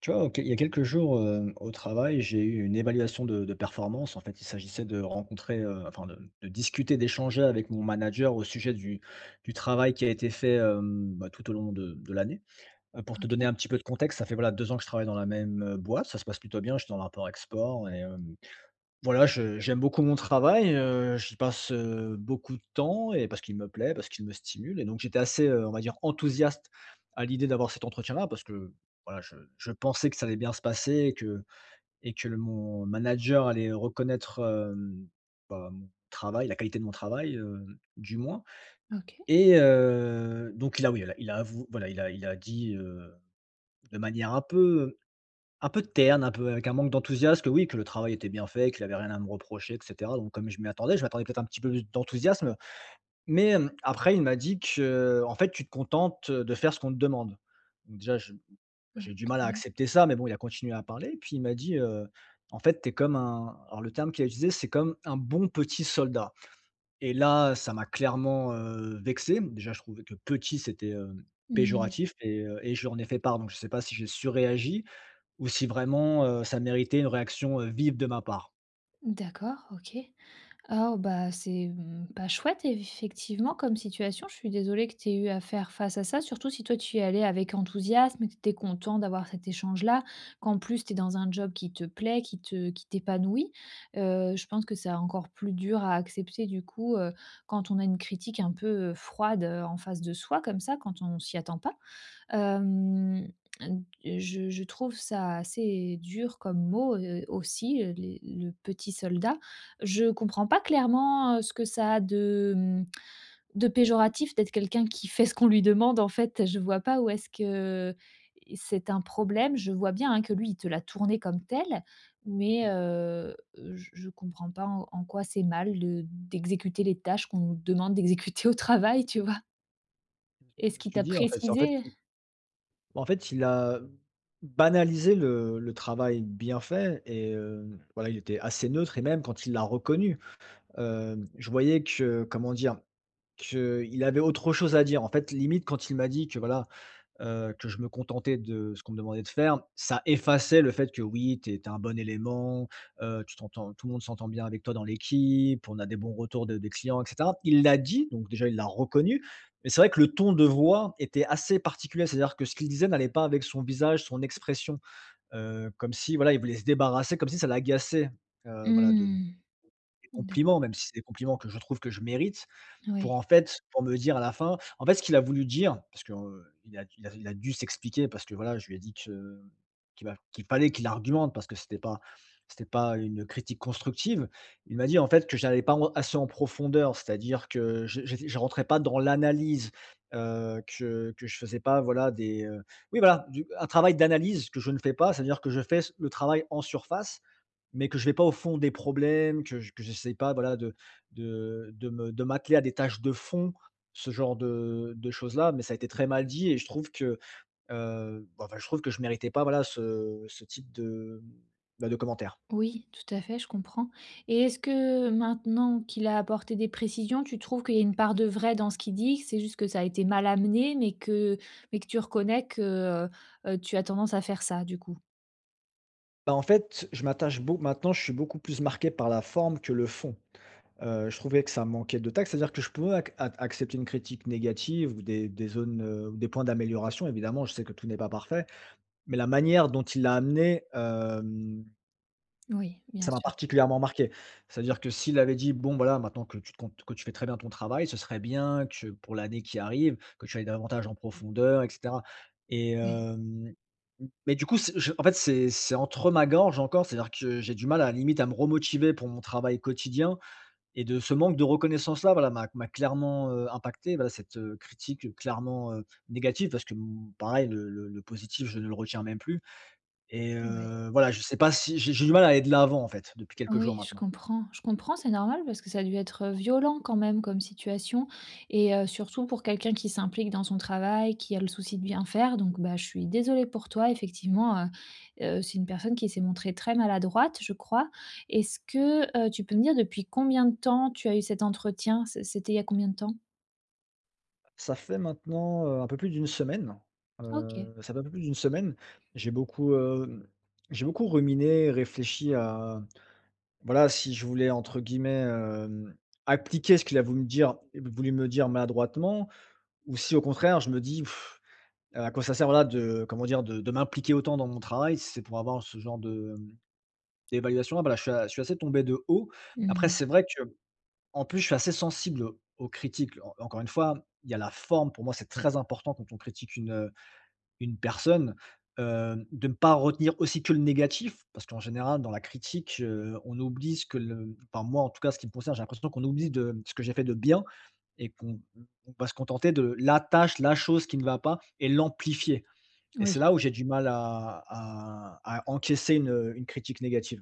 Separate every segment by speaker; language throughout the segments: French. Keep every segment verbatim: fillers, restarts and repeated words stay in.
Speaker 1: Tu vois, ok, il y a quelques jours euh, au travail, j'ai eu une évaluation de, de performance. En fait, il s'agissait de rencontrer, euh, enfin de, de discuter, d'échanger avec mon manager au sujet du, du travail qui a été fait euh, bah, tout au long de, de l'année. Euh, pour te donner
Speaker 2: OK,
Speaker 1: un petit peu de contexte, ça fait voilà deux ans que je travaille dans la même euh, boîte, ça se passe plutôt bien. Je suis dans l'import-export et euh, voilà, je j'aime beaucoup mon travail, heu, j'y passe, heu, beaucoup de temps et parce qu'il me plaît, parce qu'il me stimule et donc j'étais assez, heu, on va dire enthousiaste à l'idée d'avoir cet entretien-là parce que, voilà, je je pensais que ça allait bien se passer et que et que le mon manager allait reconnaître, hem, bah, mon travail, la qualité de mon travail, heu, du moins.
Speaker 2: OK,
Speaker 1: Et heu, donc il a oui, il a il a avou voilà, il a il a dit, heu, de manière un peu, un peu terne, un peu avec un manque d'enthousiasme, que oui, que le travail était bien fait, qu'il avait rien à me reprocher et cetera, donc comme je m'y attendais, je m'attendais peut-être un petit peu plus d'enthousiasme, mais hem, après il m'a dit que, euh, en fait: «Tu te contentes, de faire ce qu'on te demande». Donc déjà je j'ai eu du mal à
Speaker 2: OK.
Speaker 1: accepter ça, mais bon, il a continué à parler, puis il m'a dit, heu: «En fait, t'es comme un», alors le terme qu'il a utilisé, c'est: «Comme un bon petit soldat», et là, ça m'a clairement, heu, vexé. Déjà je trouvais que «petit», c'était, heu,
Speaker 2: Mmh.
Speaker 1: péjoratif et heu et je lui en ai fait part, donc je sais pas si j'ai surréagi ou si vraiment, heu, ça méritait une réaction, heu, vive de ma part.
Speaker 2: D'accord, OK. Ah bah, c'est, mmh, pas chouette effectivement comme situation. Je suis désolée que tu aies eu à faire face à ça, surtout si toi tu y allais avec enthousiasme et que tu étais content d'avoir cet échange-là, qu'en plus tu es dans un job qui te plaît, qui te qui t'épanouit. Heu, je pense que c'est encore plus dur à accepter du coup, heu, quand on a une critique un peu, heu, froide, heu, en face de soi comme ça, quand on s'y attend pas. Hem, je je trouve ça assez dur comme mot, heu, aussi, heu, les le petit soldat. Je comprends pas clairement, heu, ce que ça a de, mmh, de péjoratif d'être quelqu'un qui fait ce qu'on lui demande, en fait. Je vois pas où est-ce que c'est un problème. Je vois bien, hein, que lui, il te l'a tourné comme tel, mais heu, je je comprends pas en en quoi c'est mal de d'exécuter les tâches qu'on nous demande d'exécuter au travail, tu vois?
Speaker 1: Je
Speaker 2: Est-ce
Speaker 1: me
Speaker 2: qu'il
Speaker 1: suis
Speaker 2: t'a
Speaker 1: dit en fait c'est en fait
Speaker 2: précisé?
Speaker 1: il en fait il a banalisé le le travail bien fait et heu, voilà, il était assez neutre et même quand il l'a reconnu, hem, je voyais que, comment dire? Qu'il avait autre chose à dire. En fait, limite quand il m'a dit que voilà heu, que je me contentais de ce qu'on me demandait de faire, ça effaçait le fait que oui, tu es un bon élément, heu, tu t'entends tout le monde s'entend bien avec toi dans l'équipe, on a des bons retours de des clients et cetera. Il l'a dit, donc déjà il l'a reconnu, mais c'est vrai que le ton de voix était assez particulier. C'est-à-dire que ce qu'il disait n'allait pas avec son visage, son expression, heu, comme si voilà, il voulait se débarrasser, comme si ça l'agaçait, heu, voilà de
Speaker 2: Mmh.
Speaker 1: des compliments, même si c'est des compliments que je trouve que je mérite, pour
Speaker 2: Oui,
Speaker 1: en fait, pour me dire à la fin en fait, ce qu'il a voulu dire, parce que, heu, il a il a il a dû s'expliquer parce que voilà, je lui ai dit que qu'il m'a qu'il fallait qu'il argumente parce que c'était pas c'était pas une critique constructive. Il m'a dit, en fait, que j'allais pas en assez en profondeur, c'est-à-dire que je j'étais je rentrais pas dans l'analyse, heu, que que je faisais pas, voilà, des, heu oui, voilà, du un travail d'analyse que je ne fais pas, c'est-à-dire que je fais le travail en surface mais que je vais pas au fond des problèmes, que je que j'essaie pas, voilà, de de de me de m'atteler à des tâches de fond, ce genre de de choses-là. Mais ça a été très mal dit et je trouve que, heu, bah, enfin, je trouve que je méritais pas, voilà, ce ce type de, bah, de commentaires.
Speaker 2: oui, tout à fait, je comprends. Et est-ce que maintenant qu'il a apporté des précisions, tu trouves qu'il y a une part de vrai dans ce qu'il dit, que c'est juste que ça a été mal amené, mais que, mais que tu reconnais que euh, tu as tendance à faire ça, du coup?
Speaker 1: Bah, en fait, je m'attache beaucoup maintenant, je suis beaucoup plus marqué par la forme que le fond. Heu, je trouvais que ça manquait de tact, c'est-à-dire que je pouvais ac ac accepter une critique négative ou des des zones, heu, ou des points d'amélioration. Évidemment, je sais que tout n'est pas parfait, mais la manière dont il l'a amené, euh,
Speaker 2: Oui, bien
Speaker 1: ça m'a
Speaker 2: sûr.
Speaker 1: particulièrement marqué. C'est-à-dire que s'il avait dit: «Bon, voilà, maintenant que tu te comptes que tu fais très bien ton travail, ce serait bien que pour l'année qui arrive, que tu ailles davantage en profondeur» et cetera et
Speaker 2: Oui,
Speaker 1: hem, mais du coup, c'est je en fait, c'est c'est entre ma gorge encore, c'est-à-dire que j'ai du mal à la limite à me remotiver pour mon travail quotidien et de ce manque de reconnaissance-là, voilà, m'a m'a clairement, heu, impacté. Voilà, cette, heu, critique, clairement, heu, négative parce que, mmh, pareil, le le le positif, je ne le retiens même plus. Et
Speaker 2: oui.
Speaker 1: heu, voilà, je sais pas si j'ai j'ai du mal à aller de l'avant, en fait, depuis quelques jours
Speaker 2: Oui, je
Speaker 1: maintenant.
Speaker 2: comprends. Je comprends, c'est normal parce que ça a dû être violent quand même comme situation et heu, surtout pour quelqu'un qui s'implique dans son travail, qui a le souci de bien faire donc bah, je suis désolée pour toi effectivement, heu heu, c'est une personne qui s'est montrée très maladroite, je crois. Est-ce que, heu, tu peux me dire depuis combien de temps tu as eu cet entretien? C c'était il y a combien de temps?
Speaker 1: Ça fait maintenant, heu, un peu plus d'une semaine,
Speaker 2: OK.
Speaker 1: heu, ça fait un peu plus d'une semaine. J'ai beaucoup, hem, j'ai beaucoup ruminé, réfléchi à, voilà, si je voulais, entre guillemets, hem, appliquer ce qu'il a voulu me dire voulu me dire maladroitement, ou si au contraire je me dis: pff, «À quoi ça sert, voilà, de comment dire, de de m'impliquer autant dans mon travail si c'est pour avoir ce genre de, hem, d'évaluation?» Voilà, je suis je suis assez tombé de haut. Après
Speaker 2: Mmh.
Speaker 1: c'est vrai que en plus, je suis assez sensible aux critiques. En Encore une fois, il y a la forme, pour moi, c'est très important quand on critique une, une personne, heu, de ne pas retenir aussi que le négatif. Parce qu'en général, dans la critique, heu, on oublie ce que le enfin moi, en tout cas, ce qui me concerne, j'ai l'impression qu'on oublie de ce que j'ai fait de bien et qu'on on va se contenter de la tâche, la chose qui ne va pas et l'amplifier et
Speaker 2: Oui.
Speaker 1: c'est là où j'ai du mal à à à encaisser une, une critique négative.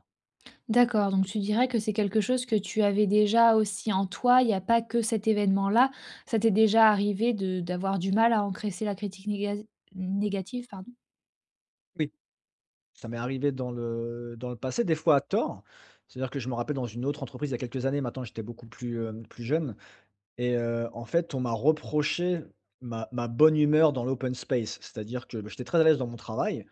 Speaker 2: D'accord, donc tu dirais que c'est quelque chose que tu avais déjà aussi en toi, il n'y a pas que cet événement-là. Ça t'est déjà arrivé de d'avoir du mal à encaisser la critique néga négative, pardon?
Speaker 1: Oui. Ça m'est arrivé dans le dans le passé, des fois à tort. C'est-à-dire que je me rappelle dans une autre entreprise il y a quelques années maintenant, j'étais beaucoup plus, heu, plus jeune et heu, en fait, on m'a reproché ma ma bonne humeur dans l'open space. C'est-à-dire que, bah, j'étais très à l'aise dans mon travail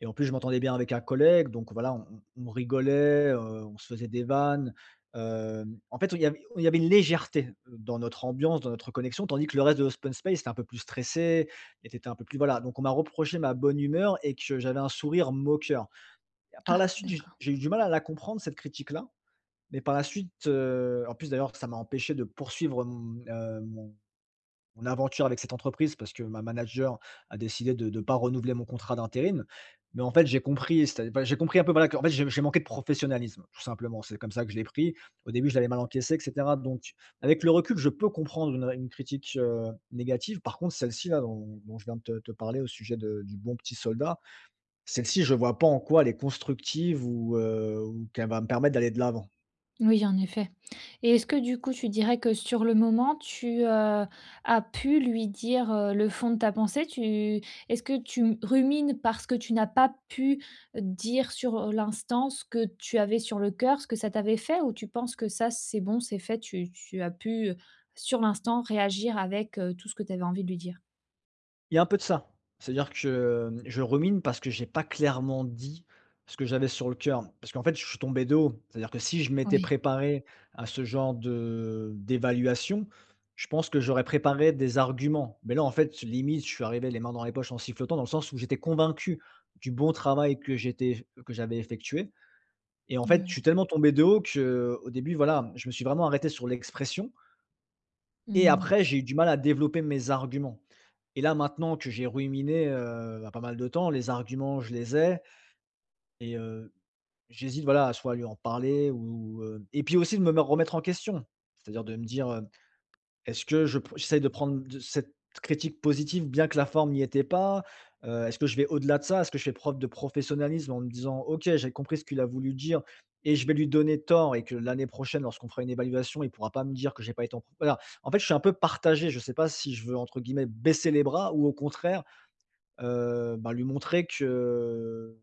Speaker 1: et en plus je m'entendais bien avec un collègue donc voilà, on on rigolait, heu, on se faisait des vannes. Hem, en fait, il y avait il y avait une légèreté dans notre ambiance, dans notre connexion, tandis que le reste de l'open space était un peu plus stressé était un peu plus voilà, donc on m'a reproché ma bonne humeur et que j'avais un sourire moqueur. Par la suite, j'ai
Speaker 2: D'accord.
Speaker 1: j'ai eu du mal à la comprendre cette critique-là, mais par la suite, heu, en plus d'ailleurs ça m'a empêché de poursuivre mon, heu, mon mon aventure avec cette entreprise parce que ma manager a décidé de ne pas renouveler mon contrat d'intérim. Mais en fait, j'ai compris, c'est enfin j'ai compris un peu voilà que, en fait j'ai j'ai manqué de professionnalisme, tout simplement. C'est comme ça que je l'ai pris. Au début, je l'avais mal encaissé et cetera. Donc avec le recul, je peux comprendre une une critique, heu, négative. Par contre, celle-ci là dont dont je viens de te te parler au sujet de du bon petit soldat, celle-ci, je vois pas en quoi elle est constructive ou, heu, ou qu'elle va me permettre d'aller de l'avant.
Speaker 2: Oui, en effet. Et est-ce que du coup, tu dirais que sur le moment, tu, heu, as pu lui dire, heu, le fond de ta pensée? Tu est-ce que tu rumines parce que tu n'as pas pu euh, dire sur euh, l'instant ce que tu avais sur le cœur, ce que ça t'avait fait? Ou tu penses que ça, c'est bon, c'est fait, tu tu as pu, heu, sur l'instant réagir avec, heu, tout ce que tu avais envie de lui dire?
Speaker 1: Il y a un peu de ça. C'est-à-dire que, hem, je rumine parce que j'ai pas clairement dit ce que j'avais sur le cœur. Parce qu'en fait, je suis tombé de haut. C'est-à-dire que si je m'étais
Speaker 2: Oui,
Speaker 1: préparé à ce genre de d'évaluation, je pense que j'aurais préparé des arguments. Mais là, en fait, limite, je suis arrivé les mains dans les poches en sifflotant, dans le sens où j'étais convaincu du bon travail que j'étais que j'avais effectué et en fait, je
Speaker 2: oui.
Speaker 1: suis tellement tombé de haut que, au début, voilà, je me suis vraiment arrêté sur l'expression. Et
Speaker 2: Mmh.
Speaker 1: après, j'ai eu du mal à développer mes arguments. Et là, maintenant que j'ai ruminé, heu, bah, pas mal de temps, les arguments, je les ai. Et heu, j'hésite, voilà, à soit lui en parler ou, heu et puis aussi de me me remettre en question. C'est-à-dire de me dire, heu est-ce que je pr j'essaye de prendre de cette critique positive bien que la forme n'y était pas? Heu, est-ce que je vais au-delà de ça? Est-ce que je fais preuve de professionnalisme en me disant: «OK, j'ai compris ce qu'il a voulu dire et je vais lui donner tort et que l'année prochaine lorsqu'on fera une évaluation, il pourra pas me dire que j'ai pas été en pro», voilà. En fait, je suis un peu partagé. Je sais pas si je veux, entre guillemets, «baisser les bras» ou au contraire, heu, bah, lui montrer que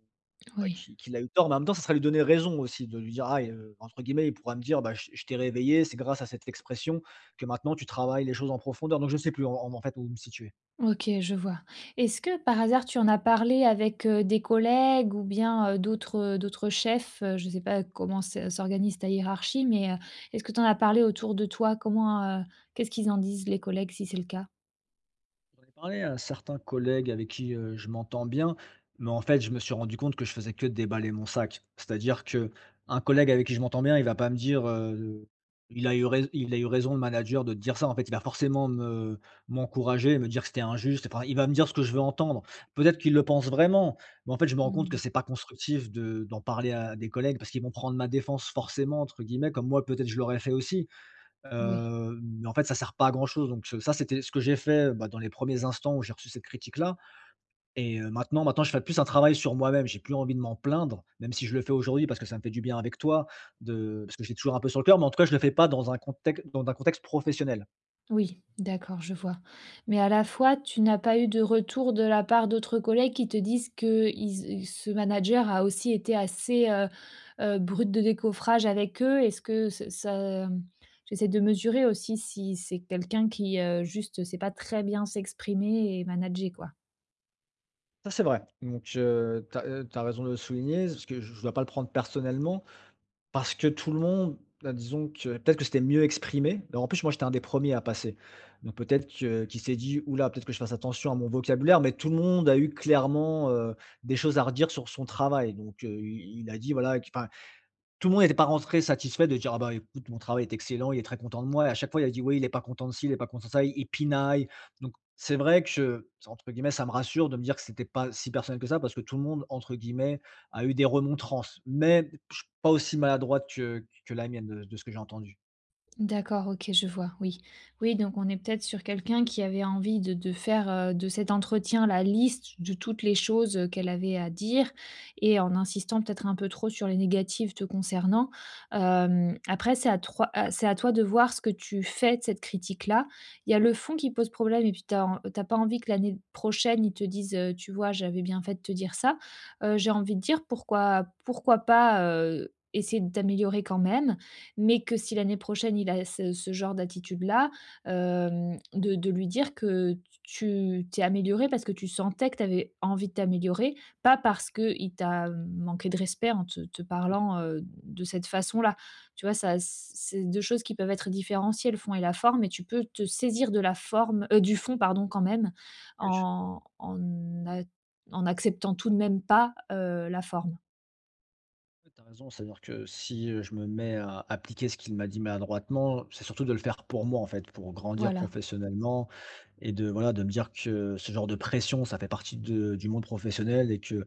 Speaker 1: bah,
Speaker 2: Oui.
Speaker 1: qu'il qu'il a eu tort. Mais en même temps, ça serait lui donner raison aussi de lui dire: «Ah», et entre guillemets, il pourra me dire: «Bah, je je t'ai réveillé, c'est grâce à cette expression que maintenant tu travailles les choses en profondeur». Donc je ne sais plus en en en fait où me situer.
Speaker 2: OK, je vois. Est-ce que par hasard tu en as parlé avec, heu, des collègues ou bien, heu, d'autres, euh, d'autres chefs? Heu, je ne sais pas comment se s'organise ta hiérarchie, mais, heu, est-ce que tu en as parlé autour de toi? Comment, heu, qu'est-ce qu'ils en disent les collègues si c'est le cas?
Speaker 1: Ai parlé à certains collègues avec qui, heu, je m'entends bien, mais en fait, je me suis rendu compte que je faisais que déballer mon sac. C'est-à-dire que un collègue avec qui je m'entends bien, il va pas me dire, heu: «Il a eu rais il a eu raison le manager de te dire ça». En fait, il va forcément me m'encourager, me dire que c'était injuste, enfin, il va me dire ce que je veux entendre. Peut-être qu'il le pense vraiment, mais en fait, je me rends compte que
Speaker 2: Mmh.
Speaker 1: c'est pas constructif de d'en parler à des collègues parce qu'ils vont prendre ma défense, «forcément» entre guillemets, comme moi peut-être je l'aurais fait aussi.
Speaker 2: Oui.
Speaker 1: Heu, mais en fait, ça sert pas à grand chose. Donc ce ça, c'était ce que j'ai fait, bah, dans les premiers instants où j'ai reçu cette critique-là. Et heu, maintenant maintenant, je fais plus un travail sur moi-même. J'ai plus envie de m'en plaindre, même si je le fais aujourd'hui parce que ça me fait du bien avec toi, de parce que j'ai toujours un peu sur le cœur, mais en tout cas, je le fais pas dans un contexte dans un contexte professionnel.
Speaker 2: Oui, d'accord, je vois. Mais à la fois, tu n'as pas eu de retour de la part d'autres collègues qui te disent que ils euh, ce manager a aussi été assez, heu heu, brut de décoffrage avec eux? Est-ce que ce ça, j'essaie de mesurer aussi si c'est quelqu'un qui, heu, juste sait pas très bien s'exprimer et manager, quoi.
Speaker 1: Ça, c'est vrai, donc heu, tu as raison de le souligner, parce que je ne dois pas le prendre personnellement. Parce que tout le monde, bah, disons que peut-être que c'était mieux exprimé. Alors, en plus, moi, j'étais un des premiers à passer. Donc peut-être que qu'il s'est dit: «Ouh là, peut-être que je fasse attention à mon vocabulaire», mais tout le monde a eu clairement, heu, des choses à redire sur son travail. Donc heu, i il a dit voilà, qu enfin tout le monde n'était pas rentré satisfait de dire: «Ah bah, écoute, mon travail est excellent, il est très content de moi», et à chaque fois, il a dit: «Oui, il est pas content de ci, il est pas content de ça», il il pinaille. Donc c'est vrai que je, entre guillemets, ça me rassure de me dire que c'était pas si personnel que ça, parce que tout le monde, entre guillemets, a eu des «remontrances», mais je pas aussi maladroite que que la mienne de de ce que j'ai entendu.
Speaker 2: D'accord, OK, je vois, oui. Oui, donc on est peut-être sur quelqu'un qui avait envie de de faire, heu, de cet entretien, la liste de toutes les choses, heu, qu'elle avait à dire et en insistant peut-être un peu trop sur les négatives te concernant. Hem, après c'est à troi à c'est à toi de voir ce que tu fais de cette critique-là. Il y a le fond qui pose problème et puis t'as en tu pas envie que l'année prochaine, ils te disent, heu: «Tu vois, j'avais bien fait de te dire ça». Heu, j'ai envie de dire pourquoi pourquoi pas, heu, essayer de t'améliorer quand même? Mais que si l'année prochaine il a ce ce genre d'attitude-là, hem, de de lui dire que tu t'es amélioré parce que tu sentais que tu avais envie de t'améliorer, pas parce qu'il t'a manqué de respect en te te
Speaker 1: Oui,
Speaker 2: parlant, heu, de cette façon-là. Tu vois? Ça c'est deux choses qui peuvent être différenciées, le fond et la forme et tu peux te saisir de la forme, heu, du fond pardon quand même,
Speaker 1: oui.
Speaker 2: en en a en acceptant tout de même pas, heu, la forme.
Speaker 1: Ouais, tu raison, c'est-à-dire que si, heu, je me mets à appliquer ce qu'il m'a dit maladroitement, c'est surtout de le faire pour moi, en fait, pour grandir. Mmh.
Speaker 2: Voilà.
Speaker 1: Professionnellement, et de voilà, de me dire que ce genre de pression, ça fait partie de du monde professionnel et que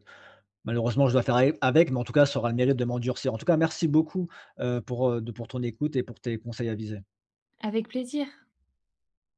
Speaker 1: malheureusement je dois faire ae avec, mais en tout cas, ça aura le mérite de m'endurcir. En tout cas, merci beaucoup, heu, pour, heu, de pour ton écoute et pour tes conseils avisés.
Speaker 2: Avec plaisir.